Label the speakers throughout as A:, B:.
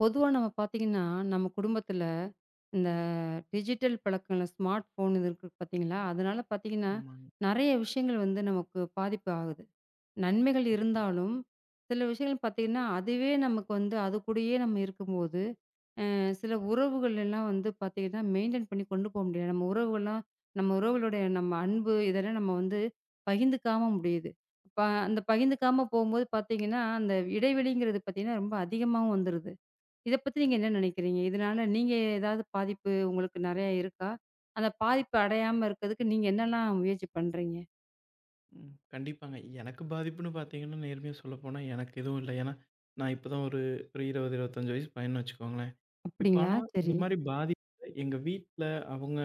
A: பொதுவா நம்ம பார்த்தீங்கன்னா, நம்ம குடும்பத்தில இந்த டிஜிட்டல் பழக்கங்கள் ஸ்மார்ட் ஃபோன் இது இருக்கு பார்த்தீங்களா? அதனால பார்த்தீங்கன்னா,
B: ஆமாங்க.
A: நெறைய விஷயங்கள் வந்து நமக்கு பாதிப்பு ஆகுது. நன்மைகள்
B: கண்டிப்பா.
A: இருந்தாலும், சில விஷயங்கள் பார்த்தீங்கன்னா, அதுவே நமக்கு வந்து அது கூடயே நம்ம இருக்கும்போது, சில உறவுகள் எல்லாம் வந்து பார்த்தீங்கன்னா, மெயின்டெயின் பண்ணி கொண்டு போ முடியாது. நம்ம உறவுகள்லாம் நம்ம உறவுகளுடைய நம்ம அன்பு இதெல்லாம் நம்ம வந்து பகிர்ந்துக்காம முடியுது. அப்ப அந்த பகிர்ந்துக்காம போம்போது பார்த்தீங்கன்னா, அந்த இடைவெளிங்கிறது பார்த்தீங்கன்னா, ரொம்ப அதிகமாவும் வந்துருது. இத பத்தி நீங்க என்ன நினைக்கிறீங்க? இதனால நீங்க ஏதாவது பாதிப்பு உங்களுக்கு நெறைய இருக்கா? அந்த பாதிப்பு அடையாம இருக்கிறதுக்கு நீங்க என்னலாம் முயற்சி பண்றீங்க?
B: ம். கண்டிப்பாங்க. எனக்கு பாதிப்புன்னு பார்த்தீங்கன்னா, நேர்மையா சொல்லப்போனா எனக்கு எதுவும் இல்ல. ஏன்னா, நான் இப்ப தான் ஒரு ஒரு 20, 25 வயசு பையன்னு வச்சுக்கோங்களேன். இப்ப
A: அப்படிங்களா?
B: ஆனா இந்த
A: சரி.
B: மாரி பாதிப்பு எங்க வீட்ல அவங்க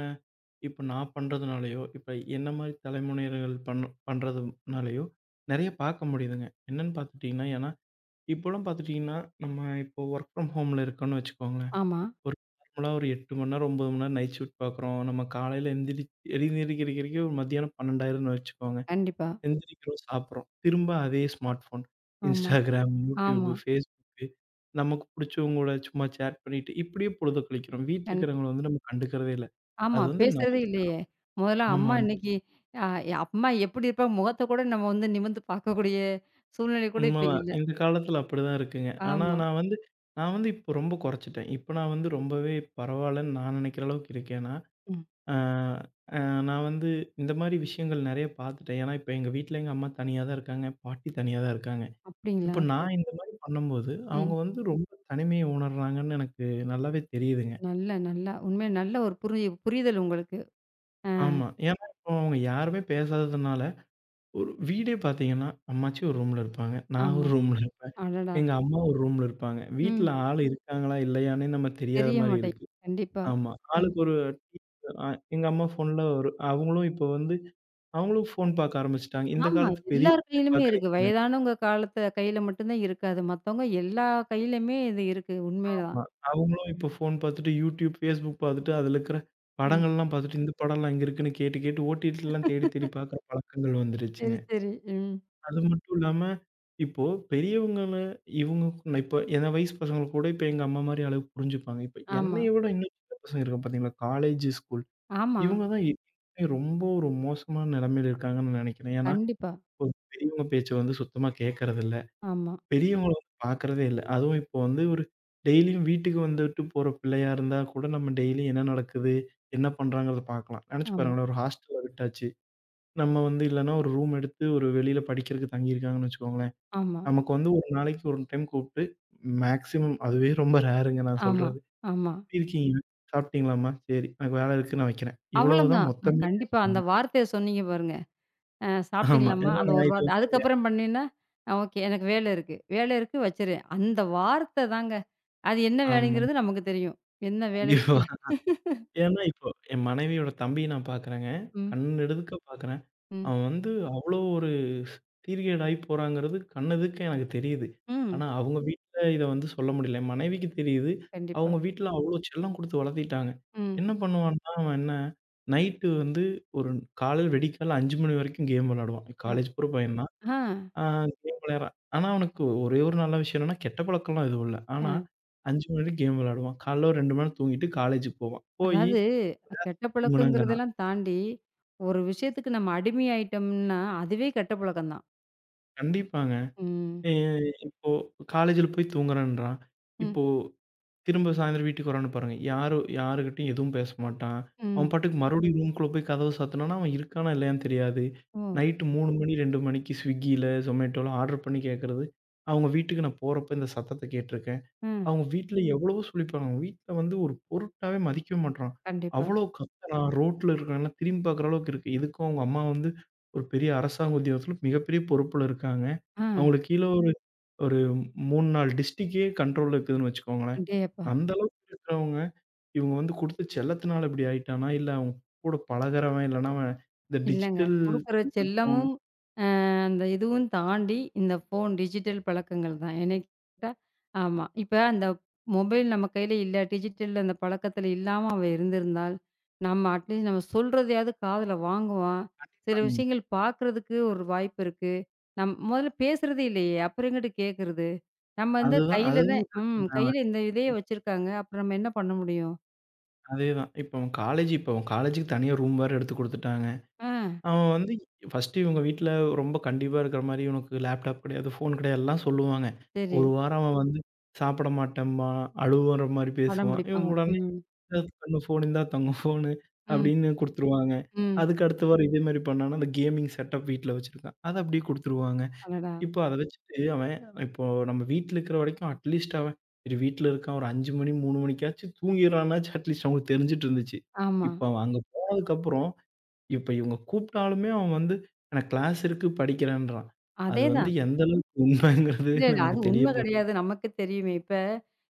B: இப்ப நான் பண்றதுனாலயோ, இப்ப என்ன மாரி தலைமுறையினர்கள் பண்றதுனாலயோ நெறைய பார்க்க முடியுதுங்க. என்னன்னு பார்த்துட்டீங்கன்னா, ஏன்னா இப்போலாம் பார்த்துட்டீங்கன்னா, நம்ம இப்போ வொர்க் ஃப்ரம் ஹோம்ல இருக்கோம்ன்னு வச்சுக்கோங்களேன்.
A: ஆமா.
B: ஒரு நார்மலா ஒரு 8 மணி நேரம், 9 மணி நேரம் நைட் ஷிஃப்ட் பார்க்குறோம். நம்ம காலையில எழுந்திரிக்கிறதுக்கே மத்தியானம் 12,000ன்னு வச்சுக்கோங்க.
A: கண்டிப்பா.
B: எந்திரிக்கிறோம், சாப்பிடுறோம். திரும்ப அதே ஸ்மார்ட் ஃபோன்.
A: ஆமா,
B: Instagram, YouTube,
A: ஆமா.
B: Facebook நமக்கு பிடிச்சவங்களோட சும்மா சேட் பண்ணிட்டு, இப்படியே பொழுத கழிக்கிறோம். வீட்ல
A: கண்
B: இருக்கிறவங்கள வந்து நம்ம கண்டுக்கிறதே இல்ல.
A: ஆமா.
B: அது வந்து
A: பேசுறதே இல்லையே! முதல்ல அம்மா
B: ஆமாங்க.
A: இன்னைக்கு அ அம்மா எப்படி இருப்பாங்க முகத்த கூட நம்ம வந்து நிமிர்ந்து பார்க்கக்கூடிய சூழ்நிலை கூட இப்ப
B: உண்மதான்.
A: இல்ல.
B: இந்த காலத்தில அப்படிதான் இருக்குங்க. ஆனா
A: ஆமா.
B: நான் வந்து இப்போ ரொம்ப குறைச்சுட்டேன். இப்போ நான் வந்து ரொம்பவே பரவாயில்லன்னு நான் நினைக்கிற அளவுக்கு இருக்கேன் நான்.
A: ம்.
B: ஆ, ஆ நான் வந்து இந்த மாரி விஷயங்கள் நெறைய பார்த்துட்டேன். ஏன்னா, இப்போ எங்க வீட்ல எங்க அம்மா தனியா தான் இருக்காங்க. பாட்டி தனியா தான் இருக்காங்க.
A: அப்படிங்களா?
B: இப்ப நான்
A: சரி.
B: இந்த மாரி பண்ணும்போது, அவங்க
A: ம்.
B: வந்து ரொம்ப தனிமைய உணர்றாங்கன்னு எனக்கு நல்லாவே தெரியுதுங்க.
A: நல்லா, நல்லா. உண்மையா நல்ல ஒரு புரிதல் உங்களுக்கு. அ
B: ஆமா. ஏன்னா இப்போ அவங்க யாருமே பேசாததுனால, ஒரு வீடே பார்த்தீங்கன்னா, அம்மாச்சி ஒரு ரூம்ல இருப்பாங்க. நான் ஒரு
A: ஆமா.
B: ரூம்ல இருப்பேன்.
A: அடடா!
B: எங்க அம்மா ஒரு ரூம்ல இருப்பாங்க. வீட்ல
A: ம்.
B: ஆள் இருக்காங்களா? இல்லையான்னே நம்ம தெரியாத
A: தெரிய
B: மாரி
A: மாட்டேங்குது.
B: இருக்கு.
A: கண்டிப்பா.
B: ஆமா.
A: ம்.
B: ஆளுக்கு ஒரு டீ அ எங்க அம்மா ஃபோன்ல ஒரு அவங்களும் இப்போ வந்து அவங்களும் ஃபோன் பார்க்க ஆரம்பிச்சுட்டாங்க. இந்த
A: ஆமா.
B: காலத்து
A: எல்லார்
B: பெரியவங்களே
A: கையிலுமே இருக்கு.
B: பார்க்குறீங்க.
A: வயதானவங்க காலத்த கையில மட்டும் தான் இருக்காது. மத்தவங்க எல்லா கையிலயுமே இது இருக்கு. உண்மைதான்.
B: ஆமா. அவங்களும் இப்ப ஃபோன் பாத்துட்டு YouTube, Facebook பாத்துட்டு, அதுல இருக்கிற
A: ம்.
B: படங்கள்லாம் பாத்துட்டு, இந்த படம்லாம் எங்க இருக்குன்னு கேட்டு, கேட்டு ஓடிடிலலாம் தேடி, தேடி பாக்குற பழக்கங்கள் வந்துருச்சுங்க.
A: சரி, சரி. ம்.
B: அது மட்டும் இல்லாம, இப்போ பெரியவங்கள இவங்க இப்ப என் வயசு பசங்க கூட இப்ப எங்க அம்மா மாரி அளவுக்கு புரிஞ்சுப்பாங்க. இப்ப
A: ஆமா,
B: என்னைய விட இன்னும் சின்ன பசங்க இருக்காங்க பாத்தீங்களா? காலேஜ், ஸ்கூல்
A: ஆமா.
B: இவங்க தான் ரொம்ப ஒரு மோசமான நிலைமையில இருக்காங்கன்னு நெனைக்கிறேன். ஏன்னா,
A: கண்டிப்பா.
B: ஒரு பெரியவங்க பேச்ச வந்து சுத்தமா கேட்கறதில்ல.
A: ஆமா,
B: பெரியவங்கள பார்க்கறதே இல்ல. அதுவும் இப்போ வந்து ஒரு டெய்லியும் வீட்டுக்கு வந்துட்டு போற பிள்ளையா இருந்தா கூட நம்ம டெய்லியும் என்ன நடக்குது, என்ன பண்றாங்கிறத பார்க்கலாம். நெனச்சு
A: ஆமா,
B: பாருங்களேன், ஒரு ஹாஸ்டல்ல விட்டாச்சு. நம்ம வந்து இல்லன்னா ஒரு ரூம் எடுத்து ஒரு வெளியில படிக்கிறதுக்கு தங்கியிருக்காங்கன்னு வச்சுக்கோங்களேன்.
A: ஆமா,
B: நமக்கு வந்து ஒரு நாளைக்கு ஒரு டைம் கூப்பிட்டு மேக்ஸிமம் அதுவே ரொம்ப ரேருங்க நான்
A: ஆமா,
B: சொல்றது.
A: ஆமா.
B: "எப்படி இருக்கீங்க? சாப்பிட்டீங்களாம்மா? சரி எனக்கு வேலை இருக்கு நான் வைக்கிறேன்." இவ்வளவுதான்
A: அவ்வளோதான்.
B: மொத்தமே
A: கண்டிப்பா. அந்த
B: பேசுவாங்க.
A: வார்த்தைய சொன்னீங்க பாருங்க.
B: ஆமா.
A: சாப்பிட்டீங்களாம்மா?
B: ஏன்னா
A: அந்த
B: நான்
A: ஒரு
B: இது
A: வார்த்த.
B: வந்து எங்க
A: அதுக்கப்புறம் பண்ணீன்னா, ஓகே. எனக்கு வேலை இருக்கு. வேலை இருக்கு வச்சுரு. அந்த வார்த்த தாங்க. அது என்ன
B: ஆமா.
A: வேலைங்கிறது நமக்கு தெரியும். என்ன வேலைக்கு
B: கண்டிப்பா. ஏன்னா, இப்போ என் மனைவியோட தம்பிய நான் பாக்குறேங்க.
A: ம்,
B: கண்ணெடுக்க பாக்குறேன்.
A: ம்,
B: அவன் வந்து அவ்ளோ ஒரு பீரியட் ஆயி போறாங்கிறது கண்ணெதுக்க எனக்கு தெரியுது.
A: ம்.
B: ஆனா, அவங்க வீட்ல இத வந்து சொல்ல முடியல. என் மனைவிக்கு தெரியுது.
A: கண்டிப்பா.
B: அவங்க வீட்ல அவ்ளோ செல்லம் குடுத்து வளர்த்திட்டாங்க.
A: ம்.
B: என்ன பண்ணுவான்னா, அவன் என்ன நைட்டு வந்து ஒரு காலையில வெடிக்காலைல 5 மணி வரைக்கும் கேம் விளையாடுவான்.
A: அ
B: காலேஜ் போற பையன் தான்.
A: ஆ.
B: ஆ கேம் விளையாடுறான். ஆனா, அவனுக்கு ஒரே ஒரு நல்ல விஷயம் என்னன்னா, கெட்ட பழக்கம்லாம் எதுவும் இல்ல. ஆனா,
A: அ
B: 5 மணி வரைக்கும் கேம் விளையாடுவான். காலைல ஒரு 2 மணி நேரம் தூங்கிட்டு காலேஜுக்கு போவான். போயி
A: அதாவது கெட்ட
B: தூங்குனேங்கிறான்.
A: பழக்கங்கிறதெல்லாம் தாண்டி, ஒரு விஷயத்துக்கு நம்ம அடிமையாயிட்டோம்னா, அதுவே கெட்ட பழக்கம் தான்.
B: கண்டிப்பாங்க.
A: ம்.
B: எ இப்போ காலேஜ்ல போய் தூங்குறேன்றான்.
A: ம்.
B: இப்போ திரும்ப சாயந்தரம் வீட்டுக்கு வரான்னு பாருங்க. யாரும் யாருகிட்டயும் எதுவும் பேச மாட்டான். அவன்
A: ம்.
B: பாட்டுக்கு மறுபடியும் ரூம்குள்ள போய் கதவு சாத்துனானா, அவன் இருக்கானா இல்லையான்னு தெரியாது.
A: ஓ!
B: நைட்டு 3 மணி 2 மணிக்கு ஸ்விக்கியில, Zomatoல ஆர்டர் பண்ணி கேட்கறது. அவங்க வீட்டுக்கு நான் போறப்ப இந்த சத்தத்த கேட்டுருக்கேன்.
A: ம்.
B: அவங்க வீட்ல எவ்வளவோ சொல்லியிருப்பாங்க. அவங்க வீட்ல வந்து ஒரு பொருட்டாவே மதிக்கவே மாட்றான்.
A: கண்டிப்பா.
B: அவ்வளோ கத்துனா, ரோட்ல இருக்கிறவன்லாம் திரும்பி பார்க்குற அளவுக்கு இருக்கு. இதுக்கும் அவங்க அம்மா வந்து ஒரு பெரிய அரசாங்க உத்தியோகத்தில மிகப்பெரிய பொறுப்புல இருக்காங்க.
A: ஆ.
B: அவங்களுக்கு கீழ ஒரு ஒரு 3, 4 டிஸ்ட்ரிக்டே கண்ட்ரோல்ல இருக்குதுன்னு வச்சுக்கோங்களேன்.
A: அடேயப்பா!
B: அந்த அளவுக்கு இருக்கிறவங்க, இவங்க வந்து குடுத்த செல்லத்தினால இப்படி ஆயிட்டானா, இல்ல அவங்க கூட பழகுறவன், இல்லன்னா அவன் இந்த
A: இல்லங்க.
B: டிஜிட்டல்
A: குடுக்குற
B: தொழில்நுட்பம்
A: செல்லமும் அந்த இதுவும் தாண்டி, இந்த ஃபோன் டிஜிட்டல் பழக்கங்கள் தான். என்னைய கேட்டா ஆமா. இப்ப அந்த மொபைல் நம்ம கையில இல்ல, டிஜிட்டல் அந்த பழக்கத்துல இல்லாம அவ இருந்திருந்தால், நம்ம அட்லீஸ்ட் நம்ம சொல்றதையாவது காதுல வாங்குவான். சில விஷயங்கள் பார்க்கறதுக்கு ஒரு வாய்ப்பு இருக்கு. நம் முதல்ல பேசுறதே இல்லையே, அப்புறம் எங்கிட்டு கேட்கறது? நம்ம வந்து
B: அதுதான்
A: கையில தான்
B: அதுதான்
A: ம்.
B: பிரச்சனை.
A: கையில
B: அவன்
A: இந்த இதையே வச்சிருக்காங்க. அப்புறம் நம்ம என்ன பண்ண முடியும்?
B: அதேதான். இப்ப அவன் காலேஜ் இப்ப அவன் காலேஜுக்கு தனியா ரூம் வேற எடுத்து குடுத்துட்டாங்க.
A: ஆ
B: அவன் வந்து ஃபர்ஸ்ட்டு இவங்க வீட்ல ரொம்ப கண்டிப்பா இருக்கிற மாரி, "உனக்கு லேப்டாப் கிடையாது, ஃபோன் கிடையாது" எல்லாம் சொல்லுவாங்க.
A: சரி.
B: ஒரு வாரம் அவன் வந்து சாப்பிட மாட்டேன்பான், அழுவுற மாரி
A: அடம்
B: பேசுவான். இவங்க
A: பிடிப்பாங்க.
B: உடனே
A: ம்.
B: "இந்தா கண்ணு ஃபோன், இந்தா தங்கம் ஃபோனு"
A: ம்.
B: அப்படின்னு குடுத்துருவாங்க.
A: ம்.
B: அதுக்கு அடுத்த வாரம் இதே மாரி பண்ணான்னா, அந்த கேமிங் செட்டப் வீட்ல வச்சிருக்கான். அத அப்படியே குடுத்துருவாங்க.
A: அடடா!
B: இப்போ அத வச்சுட்டு அவன் இப்போ நம்ம வீட்ல இருக்கிற வரைக்கும் அட்லீஸ்ட் அவன் சரி வீட்ல இருக்கான் ஒரு 5 மணி, 3 மணிக்காச்சும் தூங்கிடுறான்னாச்சும் அட்லீஸ்ட் அவங்களுக்கு தெரிஞ்சுட்டு இருந்துச்சு.
A: ஆமா.
B: இப்போ அவன் அங்க போனதுக்கப்புறம் இப்ப இவங்க கூப்பிட்டாலுமே அவன் வந்து எனக்கு கிளாஸ் இருக்கு படிக்கிறேன்றான். அது வந்து
A: அதேதான்.
B: எந்த அளவுக்கு உண்மைங்கிறது
A: இல்ல, இல்ல.
B: நமக்கு
A: அது
B: தெரிய
A: உண்மை
B: போது.
A: கிடையாது. நமக்கு தெரியுமே. இப்ப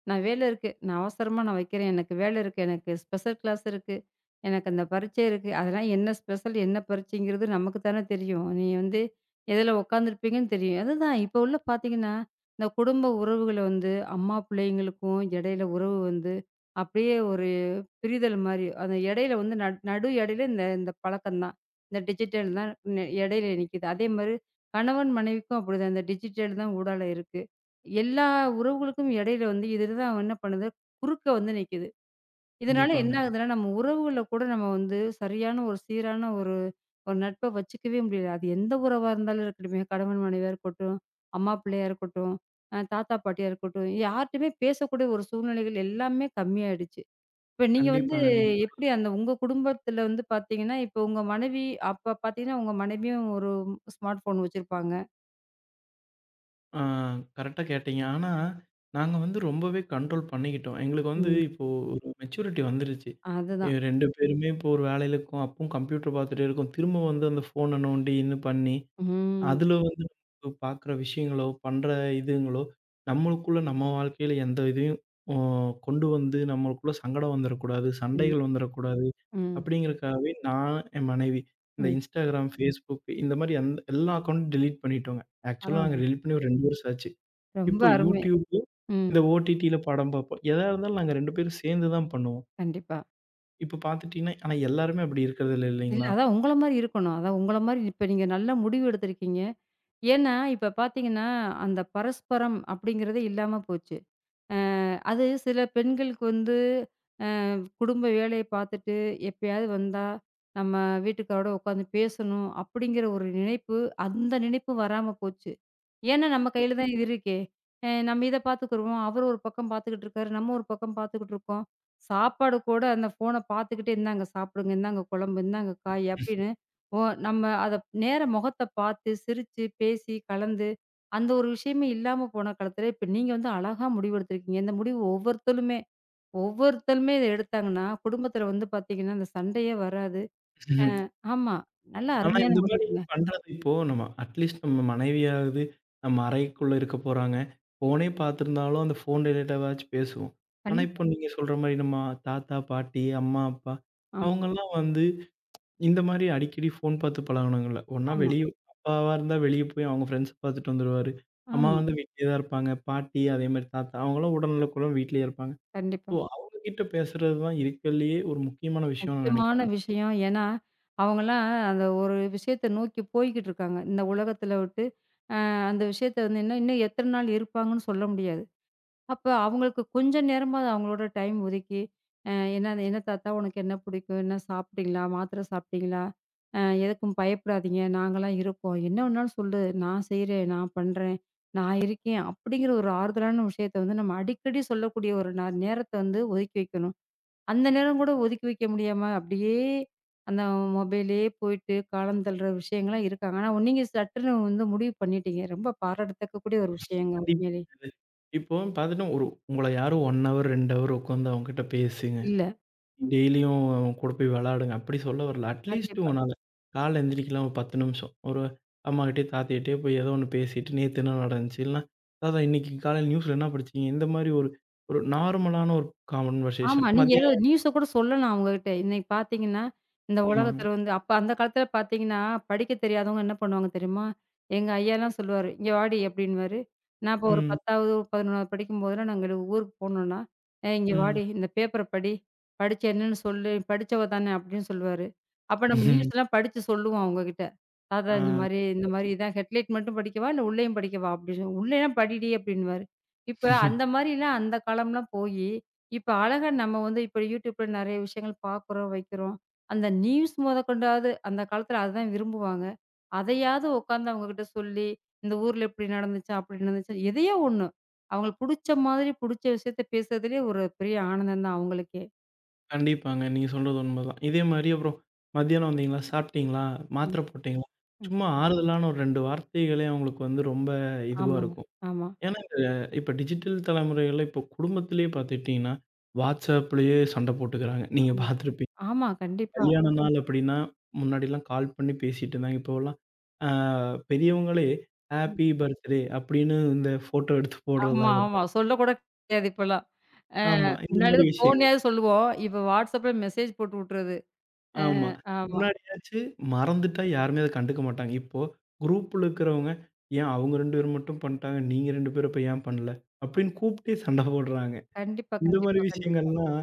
A: நான் வேலை இருக்கு. நான் அவசரமா நான் வைக்கிறேன். எனக்கு வேலை இருக்கு. எனக்கு ஸ்பெஷல் கிளாஸ் இருக்கு. எனக்கு அந்த பரீட்சை இருக்கு. அதெல்லாம் என்ன ஸ்பெஷல், என்ன பரீட்சைங்கிறது நமக்கு தானே தெரியும். நீ வந்து எதுல உட்காந்துருப்பீங்கன்னு தெரியும். அதுதான் இப்ப உள்ள பார்த்தீங்கன்னா, இந்த குடும்ப உறவுகள வந்து அம்மா, பிள்ளைங்களுக்கும் இடையில உறவு வந்து அப்படியே ஒரு புரிதல் மாரி. அந்த இடையில வந்து நடு இடையில இந்த இந்த பழக்கம் தான். இந்த டிஜிட்டல் தான் இடையில நிக்குது. அதே மாரி கணவன் மனைவிக்கும் அப்படிதான். இந்த டிஜிட்டல் தான் ஊடால இருக்கு. எல்லா உறவுகளுக்கும் இடையில வந்து இது தான் என்ன பண்ணுது, குறுக்க வந்து நிக்குது. இதனால என்ன
B: கண்டிப்பாங்க.
A: ஆகுதுன்னா, நம்ம உறவுகள்ல கூட நம்ம வந்து சரியான ஒரு சீரான ஒரு ஒரு நட்ப வச்சுக்கவே முடியல. அது எந்த உறவா இருந்தாலும் இருக்கட்டுமே, கணவன் மனைவியா இருக்கட்டும், அம்மா பிள்ளையா இருக்கட்டும், தாத்தா பாட்டியா இருக்கட்டும், யார்ட்டயுமே பேசக்கூடிய ஒரு சூழ்நிலைகள் எல்லாமே கம்மியாயிடுச்சு. இப்ப நீங்க வந்து
B: கண்டிப்பாங்க. நீங்க
A: எப்படி அந்த உங்க குடும்பத்துல வந்து பாத்தீங்கன்னா, இப்ப உங்க மனைவி அப்ப பாத்தீங்கன்னா, உங்க மனைவியும் ஒரு ஸ்மார்ட் ஃபோன் வச்சிருப்பாங்க.
B: ஆ கரெக்ட்டா கேட்டீங்க. ஆனா, நாங்க வந்து ரொம்பவே கண்ட்ரோல் பண்ணிக்கிட்டோம். எங்களுக்கு வந்து
A: ம்.
B: இப்போ ஒரு மெச்சூரிட்டி வந்துருச்சு.
A: அதுதான்.
B: 2 பேருமே இப்போ ஒரு வேலையில இருக்கோம். அப்பவும் கம்ப்யூட்டர் பார்த்துட்டே இருக்கோம். திரும்ப வந்து அந்த ஃபோன நோண்டி இன்னும் பண்ணி
A: ம்.
B: அதுல வந்து நம்ம பாக்குற விஷயங்களோ, பண்ற இதுங்களோ, நம்மளுக்குள்ள நம்ம வாழ்க்கையில எந்த இதையும் அ கொண்டு வந்து நம்மளுக்குள்ள சங்கடம் வந்துரக்கூடாது,
A: சரி.
B: சண்டைகள் வந்துரக்கூடாது,
A: ம்.
B: அப்படிங்கிறதுக்காகவே நான், என் மனைவி இந்த
A: ம்.
B: Instagram, Facebook இந்த மாரி எல்லா அக்கவுண்டும் டெலீட் பண்ணிட்டோங்க. ஆக்சுவலா நாங்க
A: பரவால்ல.
B: டெலீட் பண்ணி ஒரு 2 வருஷம் ஆச்சு.
A: ரொம்ப
B: இப்போ
A: அருமை.
B: YouTubeல
A: ம்.
B: இந்த OTTல படம் பார்ப்போம். எதா இருந்தாலும் நாங்க 2 பேரும் சேர்ந்து தான் பண்ணுவோம்.
A: கண்டிப்பா.
B: இப்ப பார்த்துட்டீங்கன்னா ஆனா எல்லாருமே அப்படி இருக்கிறதில்ல
A: இல்ல
B: இல்லைங்களா?
A: அதான் உங்கள மாரி இருக்கணும். அதான் உங்கள மாரி இப்ப நீங்க நல்ல முடிவு எடுத்திருக்கீங்க. ஏன்னா, இப்ப பாத்தீங்கன்னா, அந்த பரஸ்பரம் அப்படிங்கிறதே இல்லாம போச்சு. அ அது சில பெண்களுக்கு வந்து குடும்ப வேலைய பார்த்துட்டு, எப்பயாவது வந்தா, நம்ம வீட்டுக்காரோட உட்காந்து பேசணும் அப்படிங்கிற ஒரு நினைப்பு, அந்த நினைப்பு வராம போச்சு. ஏன்னா நம்ம கையில தான் இது இருக்கே. நம்ம இத பார்த்துக்குருவோம். அவரு ஒரு பக்கம் பார்த்துக்கிட்டு இருக்காரு. நம்ம ஒரு பக்கம் பார்த்துக்கிட்டு இருக்கோம். சாப்பாடு கூட அந்த ஃபோன பார்த்துக்கிட்டே, "இந்தாங்க சாப்பிடுங்க, இந்தாங்க குழம்பு, இந்தாங்க காய்" அப்படின்னு, ஓ நம்ம அத நேரா முகத்த பார்த்து, சிரிச்சு, பேசி, கலந்து, அந்த ஒரு விஷயமே இல்லாம போன காலத்துல, இப்ப நீங்க வந்து அழகா முடிவெடுத்திருக்கீங்க. இந்த முடிவு ஒவ்வொருத்தருமே ஒவ்வொருத்தருமே இத எடுத்தாங்கன்னா, குடும்பத்தில வந்து பார்த்தீங்கன்னா, அந்த சண்டையே வராது. அ ஆமா. நல்ல
B: ஆனா,
A: அருமையான
B: இந்த மாரி
A: முடிவுங்க.
B: பண்றது இப்போ நம்ம அட்லீஸ்ட் நம்ம மனைவியாவது நம்ம அறைக்குள்ள இருக்க போறாங்க. ஃபோனே பார்த்துருந்தாலும் அந்த ஃபோன் ரிலேட்டடாவாச்சும் பேசுவோம். ஆனா, இப்போ
A: கண்டிப்பா.
B: நீங்க சொல்ற மாரி நம்ம தாத்தா, பாட்டி, அம்மா, அப்பா
A: ஆமா,
B: அவங்கலாம் வந்து இந்த மாரி அடிக்கடி ஃபோன் பார்த்து பழகுனவங்கல்ல. ஒண்ணா
A: ஆமா,
B: வெளிய அப்பாவா இருந்தா வெளிய போய் அவங்க ஃப்ரெண்ட்ஸ பார்த்துட்டு வந்துருவாரு. அம்மா
A: ஆமா.
B: வந்து வீட்லயே தான் இருப்பாங்க. பாட்டி அதே மாரி தாத்தா அவங்கலாம் உடல்நலக்குறைவு வீட்லயே இருப்பாங்க.
A: கண்டிப்பா.
B: ஸோ அவங்க கிட்ட பேசுறது தான் இருக்கறதுலயே ஒரு முக்கியமான விஷயம்னு நான்
A: முக்கியமான
B: நெனைக்கிறேன்.
A: விஷயம். ஏன்னா, அவங்கலாம் அந்த ஒரு விஷயத்த நோக்கி போய்க்கிட்டு இருக்காங்க. இந்த உலகத்தில விட்டு, அந்த விஷயத்த வந்து இன்னும் இன்னும் எத்தன நாள் இருப்பாங்கன்னு சொல்ல முடியாது. அப்ப அவங்களுக்கு கொஞ்சம் நேரமாவது அவங்களோட டைம் ஒதுக்கி, "என்ன என்ன தாத்தா உனக்கு என்ன பிடிக்கும்? என்ன சாப்பிட்டீங்களா? மாத்திரை சாப்பிட்டீங்களா? அ எதுக்கும் பயப்படாதீங்க. நாங்கலாம் இருக்கோம். என்ன வேணாலும் சொல்லு. நான் செய்றேன். நான் பண்றேன். நான் இருக்கேன்." அப்படிங்கிற ஒரு ஆறுதலான விஷயத்த வந்து நம்ம அடிக்கடி சொல்லக்கூடிய ஒரு நேரத்த வந்து ஒதுக்கி வைக்கணும். அந்த நேரம் கூட ஒதுக்கி வைக்க முடியாம அப்படியே அந்த மொபைல்லயே போயிட்டு காலம் தள்ளுற விஷயங்கள்லாம் இருக்காங்க. ஆனா நீங்க சட்டுன்னு வந்து முடிவு பண்ணிட்டீங்க. ரொம்ப பாராட்டத்தக்கக்கூடிய ஒரு விஷயங்க
B: கண்டிப்
A: உண்மையிலே.
B: இப்போ பார்த்துட்டா ஒரு உங்கள யாரும் 1 ஹவர், 2 ஹவர் உட்காந்து அவங்ககிட்ட பேசுங்க.
A: இல்ல.
B: டெய்லியும் அவங்க கூட போய் விளையாடுங்க. அப்படி சொல்ல வரல. அட்லீஸ்ட்
A: கண்டிப்பா.
B: உங்கனால காலைல எந்திரிக்கலாம் ஒரு 10 நிமிஷம். ஒரு அம்மாகிட்டயோ, தாத்தாகிட்டயோ போய் ஏதோ ஒண்ணு பேசிட்டு நேத்து என்ன நடந்துச்சு? இல்லன்னா தாத்தா இன்னைக்கு காலையில நியூஸ்ல என்ன படிச்சீங்க? இந்த மாரி ஒரு ஒரு நார்மலான ஒரு கான்வர்சேஷன்.
A: ஆமா. நீங்க
B: மதியம்
A: நியூஸ கூட சொல்லலாம் அவங்ககிட்ட. இன்னைக்கு பார்த்தீங்கன்னா, இந்த ம்.
B: ஆமாங்க.
A: உலகத்துல வந்து அப்ப அந்த காலத்துல பார்த்தீங்கன்னா, படிக்க தெரியாதவங்க என்ன பண்ணுவாங்க தெரியுமா? எங்க ஐயாலாம் சொல்லுவாரு, "இங்க வாடி" அப்படின்னுவாரு. நான் இப்போ ஒரு
B: ம்,
A: 10வது, 11வது படிக்கும்போதெல்லாம் நாங்க ஊருக்கு போனோம்னா, "ஏய் இங்க
B: ம்.
A: வாடி, இந்த பேப்பர படி. படிச்சு என்னன்னு சொல்லு. படிச்சவ தானே" அப்படின்னு சொல்லுவாரு. அப்ப நம்ம ம்.
B: ம்
A: நியூஸ்லாம் படிச்சு சொல்லுவோம் அவங்ககிட்ட. "தாத்தா
B: ஆ
A: இந்த ம். மாரி இந்த
B: கரெக்ட்டா
A: மாரி
B: சொன்னீங்க.
A: இதான் ஹெட்லைட் மட்டும் படிக்கவா? இல்ல உள்ளேயும் படிக்கவா?" அப்படின்னு. "உள்ளேலாம் படிடி" அப்படின்னுவாரு. இப்ப அந்த மாரிலாம் அந்த காலம்லாம் போயி இப்ப அழகா நம்ம வந்து இப்ப YouTubeல நெறைய விஷயங்கள் பார்க்குறோம், வைக்கிறோம். அந்த நியூஸ் மொதக்கொண்டாவது அந்த காலத்துல அதுதான் விரும்புவாங்க. அதையாவது உட்காந்து அவங்ககிட்ட சொல்லி, இந்த ஊர்ல இப்படி நடந்துச்சா, அப்படி நடந்துச்சா, எதையோ ஒண்ணு. அவங்களுக்கு புடிச்ச மாதிரி புடிச்ச விஷயத்த பேசுறதுலயே ஒரு பெரிய ஆனந்தம் தான் அவங்களுக்கே.
B: கண்டிப்பாங்க. நீங்க சொல்றது உண்மதான். இதே மாரி அப்புறம் மத்தியானம் வந்தீங்களா? சாப்பிட்டீங்களா?
A: ம்,
B: மாத்திரை போட்டீங்களா?
A: ம்.
B: சும்மா ஆறுதலான ஒரு 2 வார்த்தைகளே அவங்களுக்கு வந்து ரொம்ப இதுவா
A: ஆமாங்க.
B: இருக்கும்.
A: ஆமா.
B: ஏன்னா, இந்த இப்ப டிஜிட்டல் தலைமுறைகள்ல இப்போ குடும்பத்திலேயே பார்த்துக்கிட்டீங்கன்னா, WhatsAppலயே சண்டை போட்டுக்கிறாங்க. நீங்க
A: ஆமா.
B: பார்த்துருப்பீங்க.
A: ஆமா, கண்டிப்பா.
B: கல்யாண நாள் அப்படின்னா, முன்னாடிலாம் கால் பண்ணி பேசிட்டு இருந்தாங்க. இப்போலாம் ஆ பெரியவங்களே
A: ம்.
B: ஹாப்பி பர்த்டே அப்படின்னு இந்த ஃபோட்டோ எடுத்து
A: ஆமா, ஆமா.
B: போடுறதாகட்டும்.
A: சொல்லக்கூட கிடையாது இப்பலாம். அ
B: ஆமா. இந்த
A: முன்னாடி
B: மாரி விஷயங்கள்.
A: ஃபோன்லயாவது சொல்லுவோம். இப்ப WhatsAppல மெசேஜ் போட்டு விட்டுறது. அ
B: ஆமா.
A: ஆமா.
B: முன்னாடியாச்சு மறந்துட்டா யாருமே அத கண்டுக்க மாட்டாங்க. இப்போ குரூப்ல இருக்கிறவங்க, "ஏன் அவங்க 2 பேரும் மட்டும் பண்ட்டாங்க. நீங்க 2 பேரும் அப்ப ஏன் பண்ணல?" அப்படின்னு கூப்பிட்டே சண்டை போடுறாங்க.
A: கண்டிப்பா,
B: இந்த மாரி
A: கண்டிப்பா, கண்டிப்பா.
B: விஷயங்கள்லாம்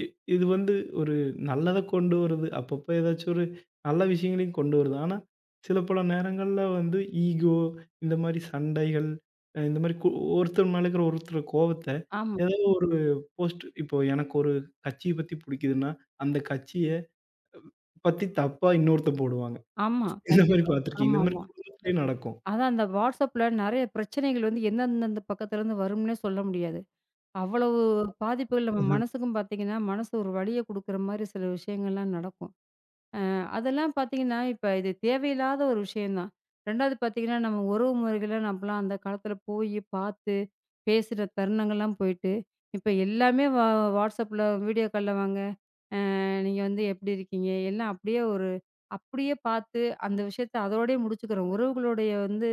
B: இ இது வந்து ஒரு நல்லத கொண்டு வருது. அப்பப்ப ஏதாச்சும் ஒரு நல்ல விஷயங்களையும் கொண்டு வருது. ஆனா, சில பல நேரங்கள்ல வந்து ஈகோ, இந்த மாரி சண்டைகள், இந்த மாரி ஒருத்தர் மேல இருக்கிற ஒருத்தர் கோவத்த
A: ஆமா.
B: ஏதாவது ஒரு போஸ்ட் இப்போ எனக்கு ஒரு கட்சிய பத்தி புடிக்குதுன்னா, அந்த கட்சிய பத்தி தப்பா இன்னொருத்தன் போடுவாங்க.
A: ஆமா.
B: இந்த மாரி
A: கண்டிப்பா.
B: பார்த்துருக்கீங்களா? இந்த மாரி
A: ஆமாமா.
B: குடும்பத்திலயே நடக்கும்.
A: அதான் அந்த WhatsAppல நெறைய பிரச்சனைகள் வந்து எந்தெந்தந்த பக்கத்துலருந்து வரும்னே சொல்ல முடியாது. அவ்வளவு பாதிப்புகள் நம்ம
B: ம்ஹ்ம்.
A: மனசுக்கும் பார்த்தீங்கன்னா, மனசு ஒரு வலிய குடுக்குற மாரி சில விஷயங்கள்லாம் நடக்கும். அதெல்லாம் பார்த்தீங்கன்னா, இப்ப இது தேவையில்லாத ஒரு விஷயம் தான். 2வது பார்த்தீங்கன்னா, நம்ம உறவு முறைகள நம்மலாம் அந்த காலத்துல போயி பார்த்து, பேசுற தருணங்கள்லாம் போயிட்டு, இப்ப எல்லாமே WhatsAppல வீடியோ கால்ல வாங்க. நீங்க வந்து எப்படி இருக்கீங்க? எல்லாம் அப்படியே ஒரு அப்படியே பார்த்து அந்த விஷயத்த அதோடயே முடிச்சுக்கிறோம். உறவுகளுடைய வந்து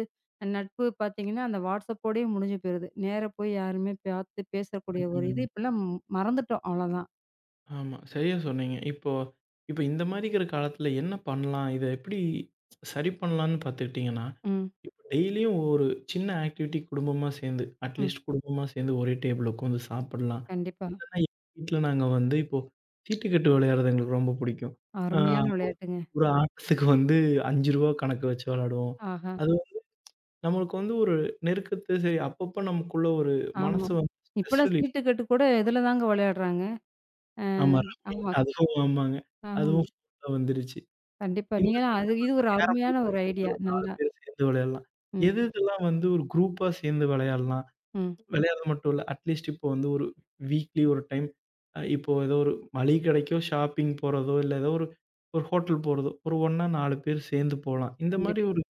A: நட்பு பார்த்தீங்கன்னா, அந்த வாட்ஸ்அப்போடயே முடிஞ்சு போயிருது. நேரா போய் யாருமே பார்த்து பேசக்கூடிய ஒரு இது
B: ம்.
A: இப்பலாம் மறந்துட்டோம் அவ்வளோதான்.
B: ஆமா. சரியா சொன்னீங்க. இப்போ இப்ப இந்த மாரி இருக்கிற காலத்துல என்ன பண்ணலாம்? இத எப்படி சரி பண்ணலான்னு பார்த்துக்கிட்டீங்கன்னா,
A: ம்,
B: இப்ப டெய்லியும் ஒரு சின்ன ஆக்டிவிட்டி குடும்பமா சேர்ந்து,
A: ம்.
B: அட்லீஸ்ட் குடும்பமா சேர்ந்து ஒரே டேபிள்ல உட்காந்து சாப்பிடலாம்.
A: கண்டிப்பா.
B: இல்லன்னா எங்க வீட்ல நாங்க வந்து இப்போ சீட்டுக்கட்டு விளையாடுறது எங்களுக்கு ரொம்ப பிடிக்கும். ஆ
A: அருமையான விளையாட்டுங்க.
B: ஒரு ஆட்டத்துக்கு வந்து ரூ. 5 கணக்கு வச்சு விளையாடுவோம்.
A: ஆஹா!
B: அது நம்மளுக்கு வந்து ஒரு நெருக்கத்த சரி அப்பப்ப நமக்குள்ள ஒரு
A: ஆமா.
B: மனசு வந்து ஸ்ட்ரெஸ்
A: இப்பலாம்
B: ரிலீஃப்.
A: சீட்டுக்கட்டு கூட இதில தாங்க விளையாடுறாங்க. அ
B: ஆமா ரம்மி.
A: ஆமா,
B: அதுவும் ஆமாங்க.
A: ஆமா.
B: அதுவும் ஃபோன்ல வந்துருச்சு.
A: கண்டிப்பா.
B: இந்த
A: நீங்கலாம்
B: மாரி
A: அது இது
B: நம்மளுக்கு
A: ஒரு
B: கேரம்
A: அருமையான
B: போர்டு
A: ஒரு
B: வச்சிருந்து
A: ஐடியா.
B: ஒரு 4
A: நல்லா.
B: பேர் சேர்ந்து விளையாடலாம்.
A: ம்,
B: எது எதெல்லாம் வந்து ஒரு குரூப்பா சேர்ந்து விளையாடலாம்.
A: ம்.
B: விளையாடுறது மட்டும் இல்ல. அட்லீஸ்ட் இப்போ வந்து ஒரு வீக்லி ஒரு டைம் இப்போ ஏதோ ஒரு மளிகை கடைக்கோ, ஷாப்பிங் போறதோ, இல்ல ஏதோ ஒரு ஒரு ஹோட்டல் போறதோ, ஒரு ஒண்ணா 4 பேர் சேர்ந்து போலாம். இந்த மாரி
A: கண்டிப்பா.
B: ஒரு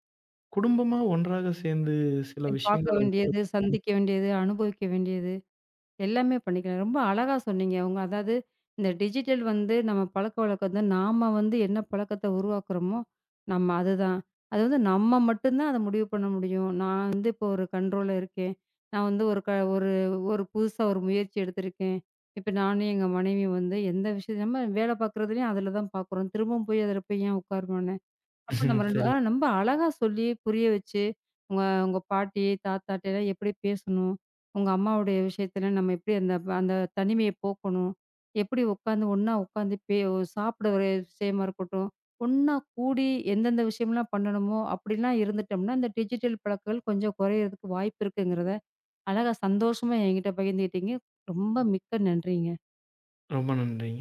B: குடும்பமா ஒன்றாக சேர்ந்து சில
A: போய்
B: விஷயங்கள
A: பார்க்க
B: வந்து
A: வேண்டியது, சந்திக்க வேண்டியது, அனுபவிக்க வேண்டியது. எல்லாமே பண்ணிக்கலாம். ரொம்ப அழகா சொன்னீங்க. உங்க அதாவது இந்த டிஜிட்டல் வந்து நம்ம பழக்கவழக்கத்த நாம வந்து என்ன பழக்கத்த உருவாக்குறோமோ, நம்ம அதுதான். அது வந்து நம்ம மட்டும் தான் அத முடிவு பண்ண முடியும். நான் வந்து இப்போ ஒரு கண்ட்ரோல்ல இருக்கேன். நான் வந்து ஒரு ஒரு புதுசா ஒரு முயற்சி எடுத்திருக்கேன். இப்ப நானும் எங்க மனைவியும் வந்து எந்த விஷயம் நம்ம வேலை பார்க்குறதுலயும் அதில தான் பார்க்குறோம். திரும்பவும் போய் அதில போய் ஏன் உட்காரணும் அப்ப நம்ம 2
B: சரி.
A: ரொம்ப அழகா சொல்லி, புரிய வச்சு, உங்க உங்க பாட்டி, தாத்தாட்டலாம் எப்படி பேசணும்? உங்க அம்மாவுடைய விஷயத்துல நம்ம எப்படி அந்த அந்த தனிமைய போக்கணும்? எப்படி உட்காந்து ஒண்ணா உட்காந்து சாப்பிட ஒரு விஷயமா இருக்கட்டும், ஒண்ணா கூடி எந்தெந்த விஷயம்லாம் பண்ணணுமோ, அப்படிலாம் இருந்துட்டோம்னா, இந்த டிஜிட்டல் பழக்கங்கள் கொஞ்சம் குறையறதுக்கு வாய்ப்பு இருக்குங்கிறத, அழகா சந்தோஷமா என்கிட்ட பகிர்ந்துக்கிட்டீங்க. ரொம்ப மிக்க நன்றிங்க.
B: ரொம்ப நன்றிங்க.